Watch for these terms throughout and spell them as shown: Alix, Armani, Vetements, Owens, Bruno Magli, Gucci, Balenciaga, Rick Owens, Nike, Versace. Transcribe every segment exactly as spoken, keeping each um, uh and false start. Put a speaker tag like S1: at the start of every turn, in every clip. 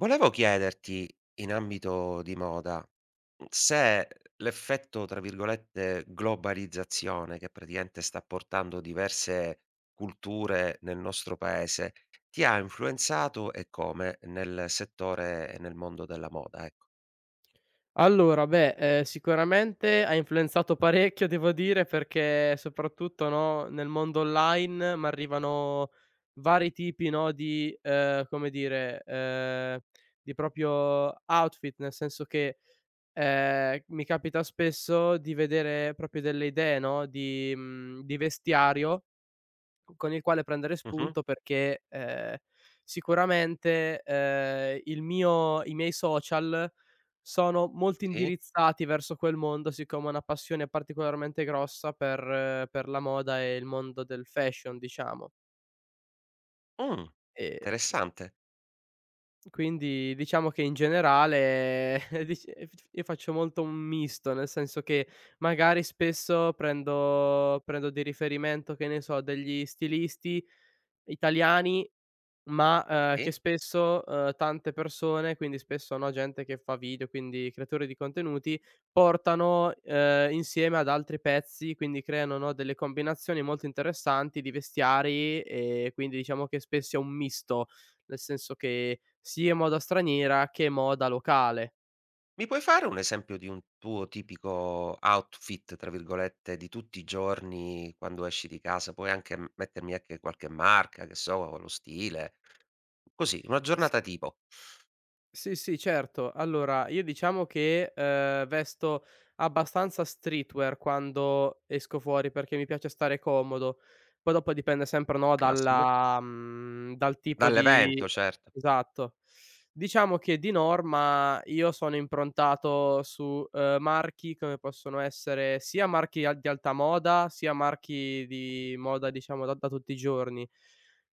S1: Volevo chiederti, in ambito di moda, se l'effetto, tra virgolette, "globalizzazione" che praticamente sta portando diverse culture nel nostro paese, ti ha influenzato e come nel settore e nel mondo della moda, ecco.
S2: Allora, beh, ehm, sicuramente ha influenzato parecchio devo dire, perché soprattutto, no, nel mondo online m'arrivano vari tipi, no, di ehm, come dire, ehm, di proprio outfit, nel senso che, ehm, mi capita spesso di vedere proprio delle idee, no, di mhmm, di vestiario con il quale prendere
S1: Mh-mh,
S2: spunto perché, ehm, sicuramente, ehm, il mio i miei social sono molto
S1: sì.
S2: indirizzati verso quel mondo, siccome ho una passione particolarmente grossa per eh, per la moda e il mondo del fashion, diciamo.
S1: Mh,
S2: Ehm,
S1: interessante.
S2: quindi diciamo che in generale dic io faccio molto un misto, nel senso che magari spesso prendo prendo di riferimento, che ne so, degli stilisti italiani. Ma, ehm, che
S1: Sì.
S2: spesso, uhm, tante persone, quindi spesso, no, gente che fa video, quindi creatori di contenuti, portano, ehm, insieme ad altri pezzi, quindi creano, no, delle combinazioni molto interessanti di vestiari, e quindi diciamo che spesso è un misto, nel senso che sia moda straniera che moda locale.
S1: Mi puoi fare un esempio di un tuo tipico outfit, tra virgolette, di tutti i giorni quando esci di casa? Puoi anche m mettermi anche qualche marca, che so, lo stile. Così, una giornata tipo.
S2: Sì, sì, certo. Allora, io diciamo che, ehm, vesto abbastanza streetwear quando esco fuori, perché mi piace stare comodo. Poi dopo dipende sempre, no,
S1: Classico.
S2: dalla mhmm, dal tipo di
S1: Dall'evento, certo.
S2: esatto. Diciamo che di norma io sono improntato su, ehm, marchi come possono essere sia marchi al di alta moda, sia marchi di moda, diciamo, da da tutti i giorni.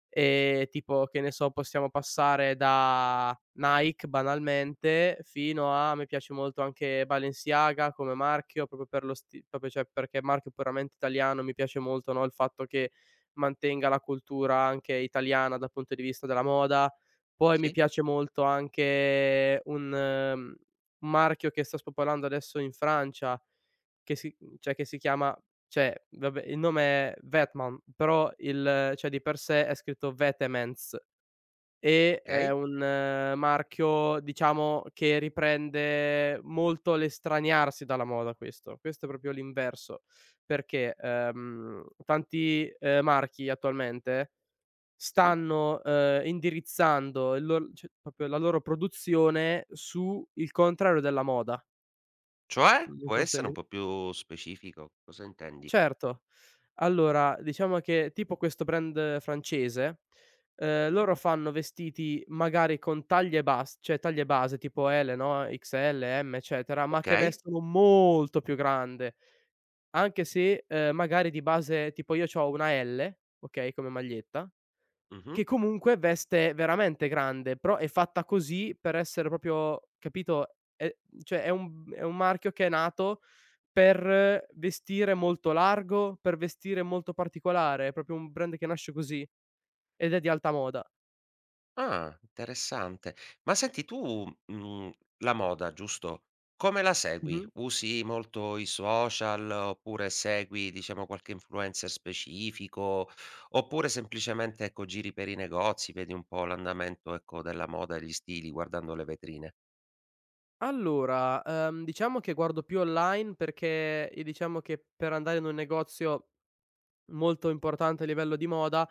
S2: Ehm, tipo, che ne so, possiamo passare da Nike banalmente, fino a mi piace molto anche Balenciaga come marchio, proprio per lo sti proprio cioè perché è marchio puramente italiano, mi piace molto, no, il fatto che mantenga la cultura anche italiana dal punto di vista della moda. Poi mi
S1: Sì,
S2: piace molto anche un ehm, un marchio che sta spopolando adesso in Francia, che si cioè che si chiama cioè, vabbè, il nome è Vetman, però il cioè di per sé è scritto Vetements e è
S1: okay,
S2: un marchio, diciamo, che riprende molto l'estraniarsi dalla moda questo. Questo è proprio l'inverso, perché, ehm, tanti, ehm, marchi attualmente
S1: sì.
S2: stanno, ehm, indirizzando il lor cioè proprio la loro produzione su il contrario della moda.
S1: Cioè?
S2: Non
S1: Può
S2: so se
S1: essere un
S2: mi.
S1: po' più specifico? Cosa intendi?
S2: Certo. Allora, diciamo che tipo questo brand francese, ehm, loro fanno vestiti magari con taglie bas cioè taglie base tipo L, no, X L, M, eccetera, ma che
S1: Okay.
S2: vestono molto più grande, anche se, ehm, magari di base tipo io c'ho una L, okay, come maglietta,
S1: Mh-mh.
S2: che comunque veste veramente grande, però è fatta così per essere proprio capito, è cioè è un è un marchio che è nato per vestire molto largo, per vestire molto particolare, è proprio un brand che nasce così ed è di alta moda.
S1: Ah, interessante. Ma senti tu, mhmm, la moda, giusto, come la segui?
S2: Mh-mh.
S1: Usi molto i social, oppure segui, diciamo, qualche influencer specifico, oppure semplicemente, ecco, giri per i negozi, vedi un po' l'andamento, ecco, della moda e gli stili guardando le vetrine?
S2: Allora, ehm, diciamo che guardo più online perché, ehm, diciamo che per andare in un negozio molto importante a livello di moda,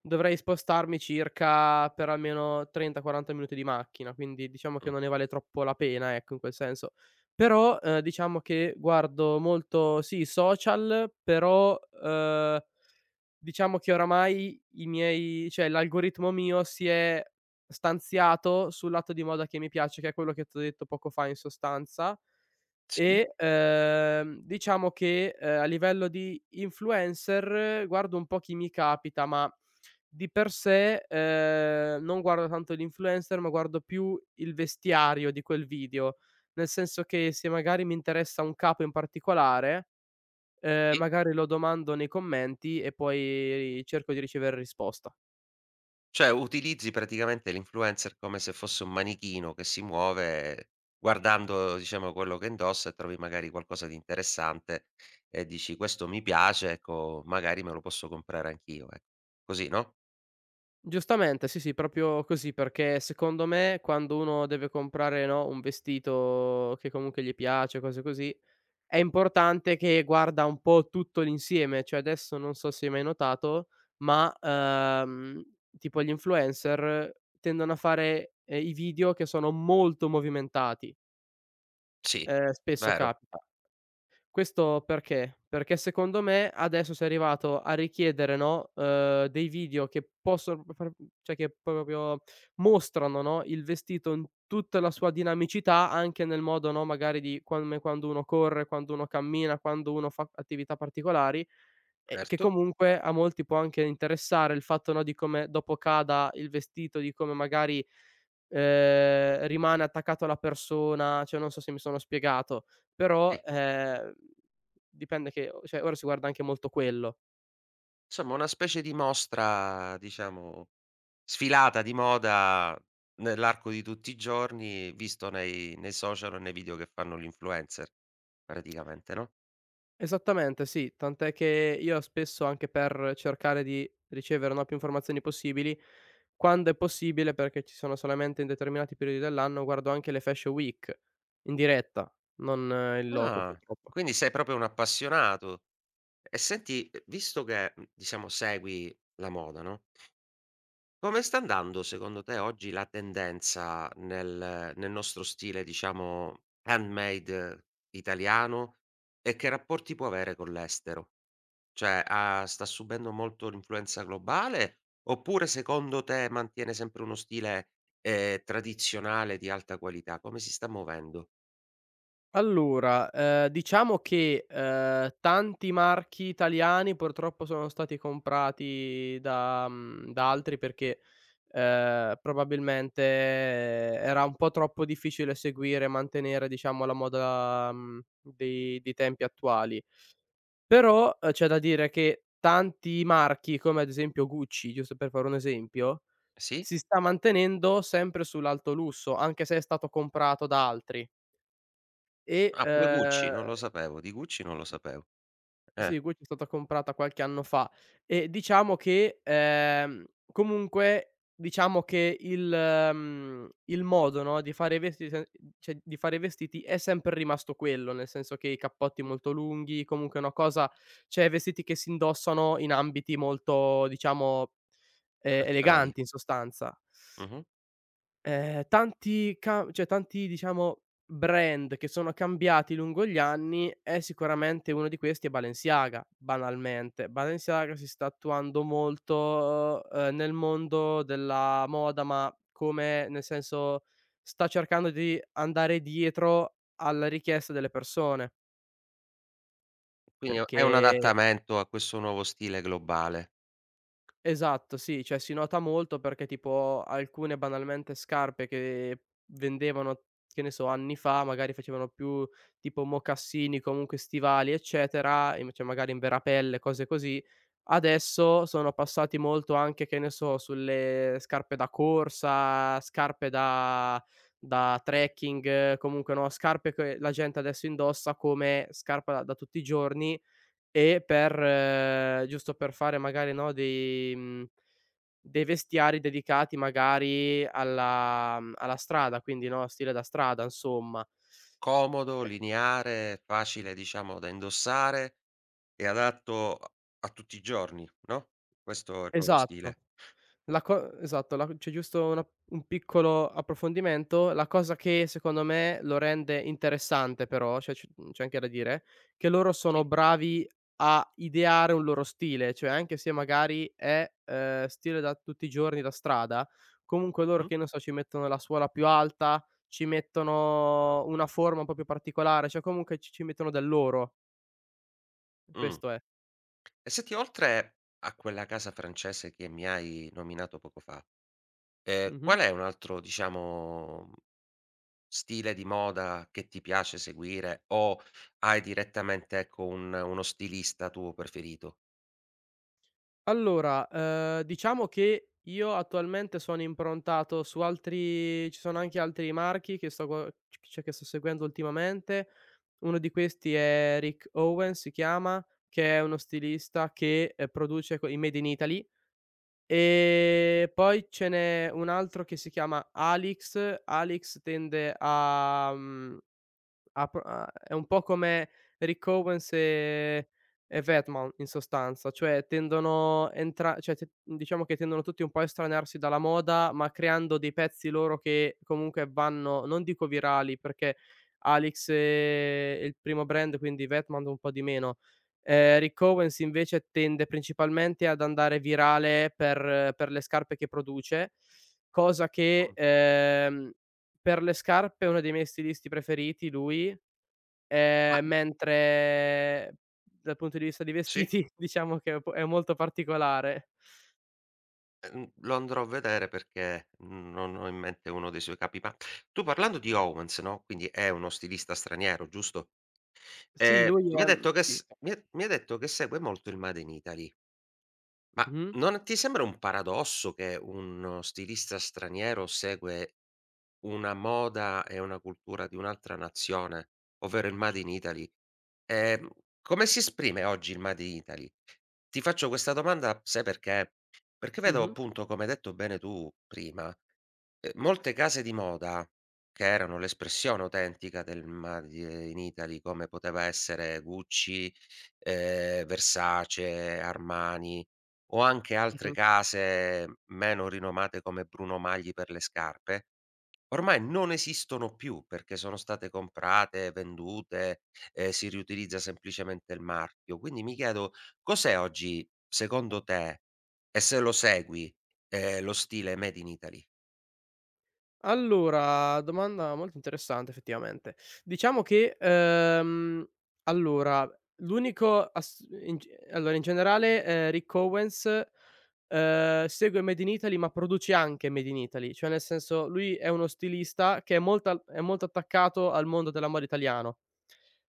S2: dovrei spostarmi circa per almeno trenta, quaranta minuti di macchina, quindi diciamo che
S1: Mh.
S2: non ne vale troppo la pena, ecco, in quel senso. Però, ehm, diciamo che guardo molto sì, i social, però, ehm, diciamo che oramai i miei cioè l'algoritmo mio si è stanziato sul lato di moda che mi piace, che è quello che t'ho detto poco fa in sostanza.
S1: Sì.
S2: E, ehm, diciamo che, ehm, a livello di influencer guardo un po' chi mi capita, ma di per sé, ehm, non guardo tanto l'influencer, ma guardo più il vestiario di quel video. Nel senso che se magari mi interessa un capo in particolare, ehm, magari lo domando nei commenti e poi cerco di ricevere risposta.
S1: Cioè, utilizzi praticamente l'influencer come se fosse un manichino che si muove guardando, diciamo, quello che indossa e trovi magari qualcosa di interessante e dici: "Questo mi piace, ecco, magari me lo posso comprare anch'io", ecco. Così, no?
S2: Giustamente, sì, sì, proprio così, perché secondo me quando uno deve comprare, no, un vestito che comunque gli piace, cose così, è importante che guarda un po' tutto l'insieme, cioè adesso non so se hai mai notato, ma, ehm, tipo gli influencer tendono a fare, ehm, i video che sono molto movimentati,
S1: Sì,
S2: ehm, spesso
S1: vero,
S2: capita. Questo perché? Perché secondo me adesso sei arrivato a richiedere, no, uhm, dei video che possono p far cioè che proprio mostrano, no, il vestito in tutta la sua dinamicità, anche nel modo, no, magari di come quando uno corre, quando uno cammina, quando uno fa attività particolari, e che
S1: certo,
S2: comunque a molti può anche interessare il fatto, no, di come dopo cada il vestito, di come magari, ehm, rimane attaccato alla persona, cioè non so se mi sono spiegato. Però,
S1: sì.
S2: ehm, dipende che o cioè ora si guarda anche molto quello.
S1: Insomma, una specie di mostra, diciamo, sfilata di moda nell'arco di tutti i giorni, visto nei nei social o nei video che fanno gli influencer praticamente, no?
S2: Esattamente, sì, tant'è che io spesso anche per cercare di ricevere, no, più informazioni possibili, quando è possibile, perché ci sono solamente in determinati periodi dell'anno, guardo anche le Fashion Week in diretta, non eh, in loco
S1: Ah,
S2: purtroppo.
S1: quindi sei proprio un appassionato. E senti, ehm, visto che, mhmm, diciamo segui la moda, no, come sta andando secondo te oggi la tendenza nel nel nostro stile, diciamo, handmade eh, italiano e che rapporti può avere con l'estero? Cioè, ha sta subendo molto l'influenza globale oppure secondo te mantiene sempre uno stile, ehm, tradizionale di alta qualità? Come si sta muovendo?
S2: Allora, ehm, diciamo che, ehm, tanti marchi italiani purtroppo sono stati comprati da mhmm, da altri perché, ehm, probabilmente era un po' troppo difficile seguire e mantenere, diciamo, la moda, mhmm, dei dei tempi attuali. Però, ehm, c'è da dire che tanti marchi, come ad esempio Gucci, giusto per fare un esempio,
S1: Sì?
S2: si sta mantenendo sempre sull'alto lusso, anche se è stato comprato da altri e,
S1: Ah, pure Gucci,
S2: ehm
S1: non lo sapevo, di Gucci non lo sapevo. Eh,
S2: Sì, Gucci è stata comprata qualche anno fa e diciamo che, ehm, comunque diciamo che il mhmm, il modo, no, di fare i vesti se cioè di fare i vestiti è sempre rimasto quello, nel senso che i cappotti molto lunghi, comunque una cosa cioè vestiti che si indossano in ambiti molto diciamo, ehm,
S1: collezionavi.
S2: eleganti in sostanza.
S1: Mh-mh.
S2: Ehm, tanti ca cioè tanti diciamo brand che sono cambiati lungo gli anni e sicuramente uno di questi è Balenciaga, banalmente. Balenciaga si sta attuando molto, ehm, nel mondo della moda, ma come nel senso, sta cercando di andare dietro alla richiesta delle persone,
S1: Quindi è un
S2: perché
S1: adattamento a questo nuovo stile globale.
S2: Esatto, sì, cioè si nota molto perché tipo alcune banalmente scarpe che vendevano, che ne so, anni fa, magari facevano più tipo mocassini, comunque stivali, eccetera, in- cioè magari in verapelle, cose così. Adesso sono passati molto anche, che ne so, sulle scarpe da corsa, scarpe da, da trekking, comunque no, scarpe che la gente adesso indossa come scarpa da da tutti i giorni e per eh, giusto per fare magari, no, dei mhmm, dei vestiari dedicati magari alla mhmm, alla strada, quindi, no, stile da strada insomma.
S1: Comodo, lineare, facile diciamo da indossare e adatto a a tutti i giorni, no, questo è il nuovo
S2: Esatto.
S1: stile.
S2: La co esatto, la c'è giusto una un piccolo approfondimento. La cosa che secondo me lo rende interessante però, cioè c mhmm, c'è anche da dire, che loro sono
S1: Sì?
S2: bravi a ideare un loro stile, cioè anche se magari è, ehm, stile da tutti i giorni da strada, comunque loro
S1: Mh.
S2: che ne so, ci mettono la suola più alta, ci mettono una forma un po' più particolare, cioè comunque ci ci mettono del loro.
S1: Mh.
S2: Questo è.
S1: E senti oltre a quella casa francese che mi hai nominato poco fa, ehm,
S2: Mh-mh.
S1: qual è un altro diciamo stile di moda che ti piace seguire o hai direttamente, ecco, un uno stilista tuo preferito?
S2: Allora, ehm, diciamo che io attualmente sono improntato su altri ci sono anche altri marchi che sto gua c cioè che sto seguendo ultimamente. Uno di questi è Rick Owens si chiama, che è uno stilista che, ehm, produce co i made in Italy, e poi ce n'è un altro che si chiama Alix. Alix tende a, mhmm ha pro ha è un po' come Rick Owens e e Vedman in sostanza, cioè tendono entra cioè t diciamo che tendono tutti un po' a estranearsi dalla moda, ma creando dei pezzi loro che comunque vanno, non dico virali, perché Alix è il primo brand, quindi Vedman un po' di meno. Ehm, Rick Owens invece tende principalmente ad andare virale per per le scarpe che produce, cosa che,
S1: Mh,
S2: ehm, per le scarpe è uno dei miei stilisti preferiti lui. Ehm,
S1: ma
S2: mentre dal punto di vista dei
S1: sì,
S2: vestiti diciamo che è po è molto particolare.
S1: ehm, lo andrò a vedere perché non ho in mente uno dei suoi capi, ma tu parlando di Owens, no, quindi è uno stilista straniero, giusto?
S2: Sì,
S1: Ehm,
S2: lui
S1: mi
S2: è
S1: hai
S2: mhmm,
S1: detto che
S2: sì.
S1: s
S2: Sì.
S1: mi ha mi hai detto che segue molto il made in Italy. Ma
S2: Mh-mh,
S1: non ti sembra un paradosso che uno stilista straniero segue una moda e una cultura di un'altra nazione, ovvero il made in Italy? Ehm, come si esprime oggi il made in Italy? Ti faccio questa domanda, sai perché? Perché vedo
S2: mh-mh,
S1: appunto, come hai detto bene tu prima, ehm, molte case di moda che erano l'espressione autentica del made in Italy, come poteva essere Gucci, ehm, Versace, Armani o anche altre
S2: mh-mh.
S1: case meno rinomate come Bruno Magli per le scarpe, ormai non esistono più perché sono state comprate, vendute, ehm, si riutilizza semplicemente il marchio. Quindi mi chiedo cos'è oggi, secondo te, e se lo segui, ehm, lo stile made in Italy,
S2: Allora, domanda molto interessante effettivamente. Diciamo che, ehm, allora l'unico ass in g allora in generale, ehm, Rick Owens, ehm, segue Made in Italy, ma produce anche Made in Italy, cioè nel senso lui è uno stilista che è molto al è molto attaccato al mondo della moda italiano.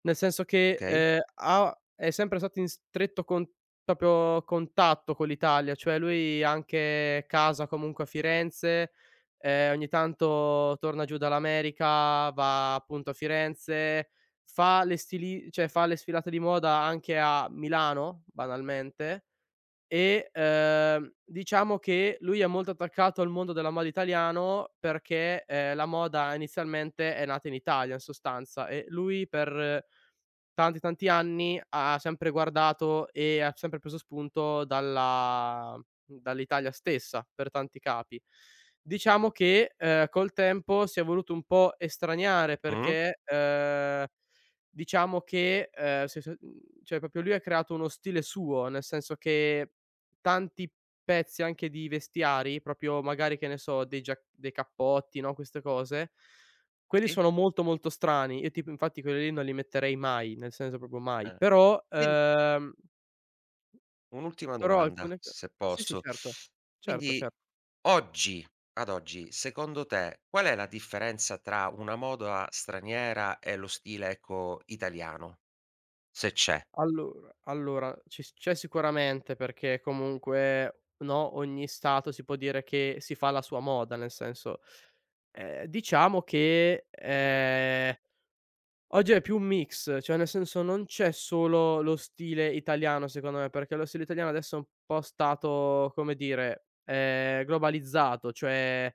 S2: Nel senso che,
S1: okay?
S2: ehm, ha è sempre stato in stretto con proprio contatto con l'Italia, cioè lui ha anche casa comunque a Firenze. Ehm, ogni tanto torna giù dall'America, va appunto a Firenze, fa le stili cioè fa le sfilate di moda anche a Milano, banalmente. E, ehm, diciamo che lui è molto attaccato al mondo della moda italiano perché, ehm, la moda inizialmente è nata in Italia in sostanza e lui per eh, tanti, tanti anni ha sempre guardato e ha sempre preso spunto dalla dall'Italia stessa per tanti capi. Diciamo che, ehm, col tempo si è voluto un po' estraniare
S1: Mh-mh,
S2: perché, ehm, diciamo che, ehm, se se mhmm, cioè proprio lui ha creato uno stile suo, nel senso che tanti pezzi anche di vestiari, proprio magari, che ne so, dei giac dei cappotti, no, queste cose, quelli
S1: sì,
S2: sono molto, molto strani. Io tipo infatti quelli lì non li metterei mai, nel senso proprio mai.
S1: eh.
S2: Però
S1: Quin
S2: ehm,
S1: Un'ultima
S2: però
S1: domanda,
S2: alcune co
S1: se
S2: Sì, sì,
S1: posso.
S2: certo. Certo,
S1: Quindi
S2: cer
S1: oggi ad oggi, secondo te, qual è la differenza tra una moda straniera e lo stile, ecco, italiano? Se c'è.
S2: allora allora, ci s c'è sicuramente perché comunque, no, ogni stato si può dire che si fa la sua moda, nel senso ehm, diciamo che, ehm oggi è più un mix, cioè nel senso non c'è solo lo stile italiano secondo me, perché lo stile italiano adesso è un po' stato, come dire, ehm, globalizzato, cioè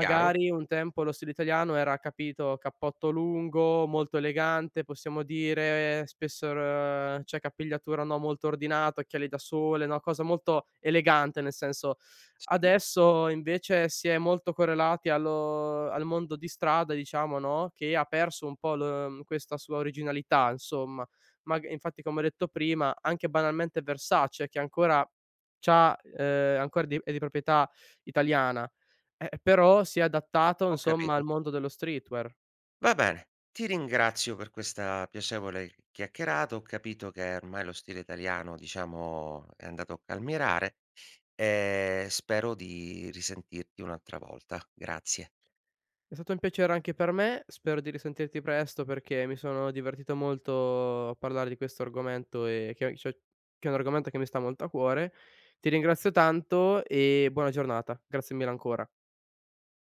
S1: Chiaro?
S2: un tempo lo stile italiano era, capito, cappotto lungo, molto elegante, possiamo dire, spesso r cioè capigliatura, no, molto ordinata, occhiali da sole, no, cosa molto elegante, nel senso
S1: Sì,
S2: adesso invece si è molto correlati allo al mondo di strada diciamo, no, che ha perso un po' l questa sua originalità insomma. Mag Infatti come ho detto prima, anche banalmente Versace che ancora c'ha ehm, ancora di è di proprietà italiana, eh, però si è adattato
S1: ho
S2: insomma
S1: capito.
S2: al mondo dello streetwear.
S1: Va bene, ti ringrazio per questa piacevole chiacchierata. Ho capito che ormai lo stile italiano, diciamo, è andato a calmirare e spero di risentirti un'altra volta. Grazie.
S2: È stato un piacere anche per me, spero di risentirti presto perché mi sono divertito molto a parlare di questo argomento e che cioè, che è un argomento che mi sta molto a cuore. Ti ringrazio tanto e buona giornata. Grazie mille ancora.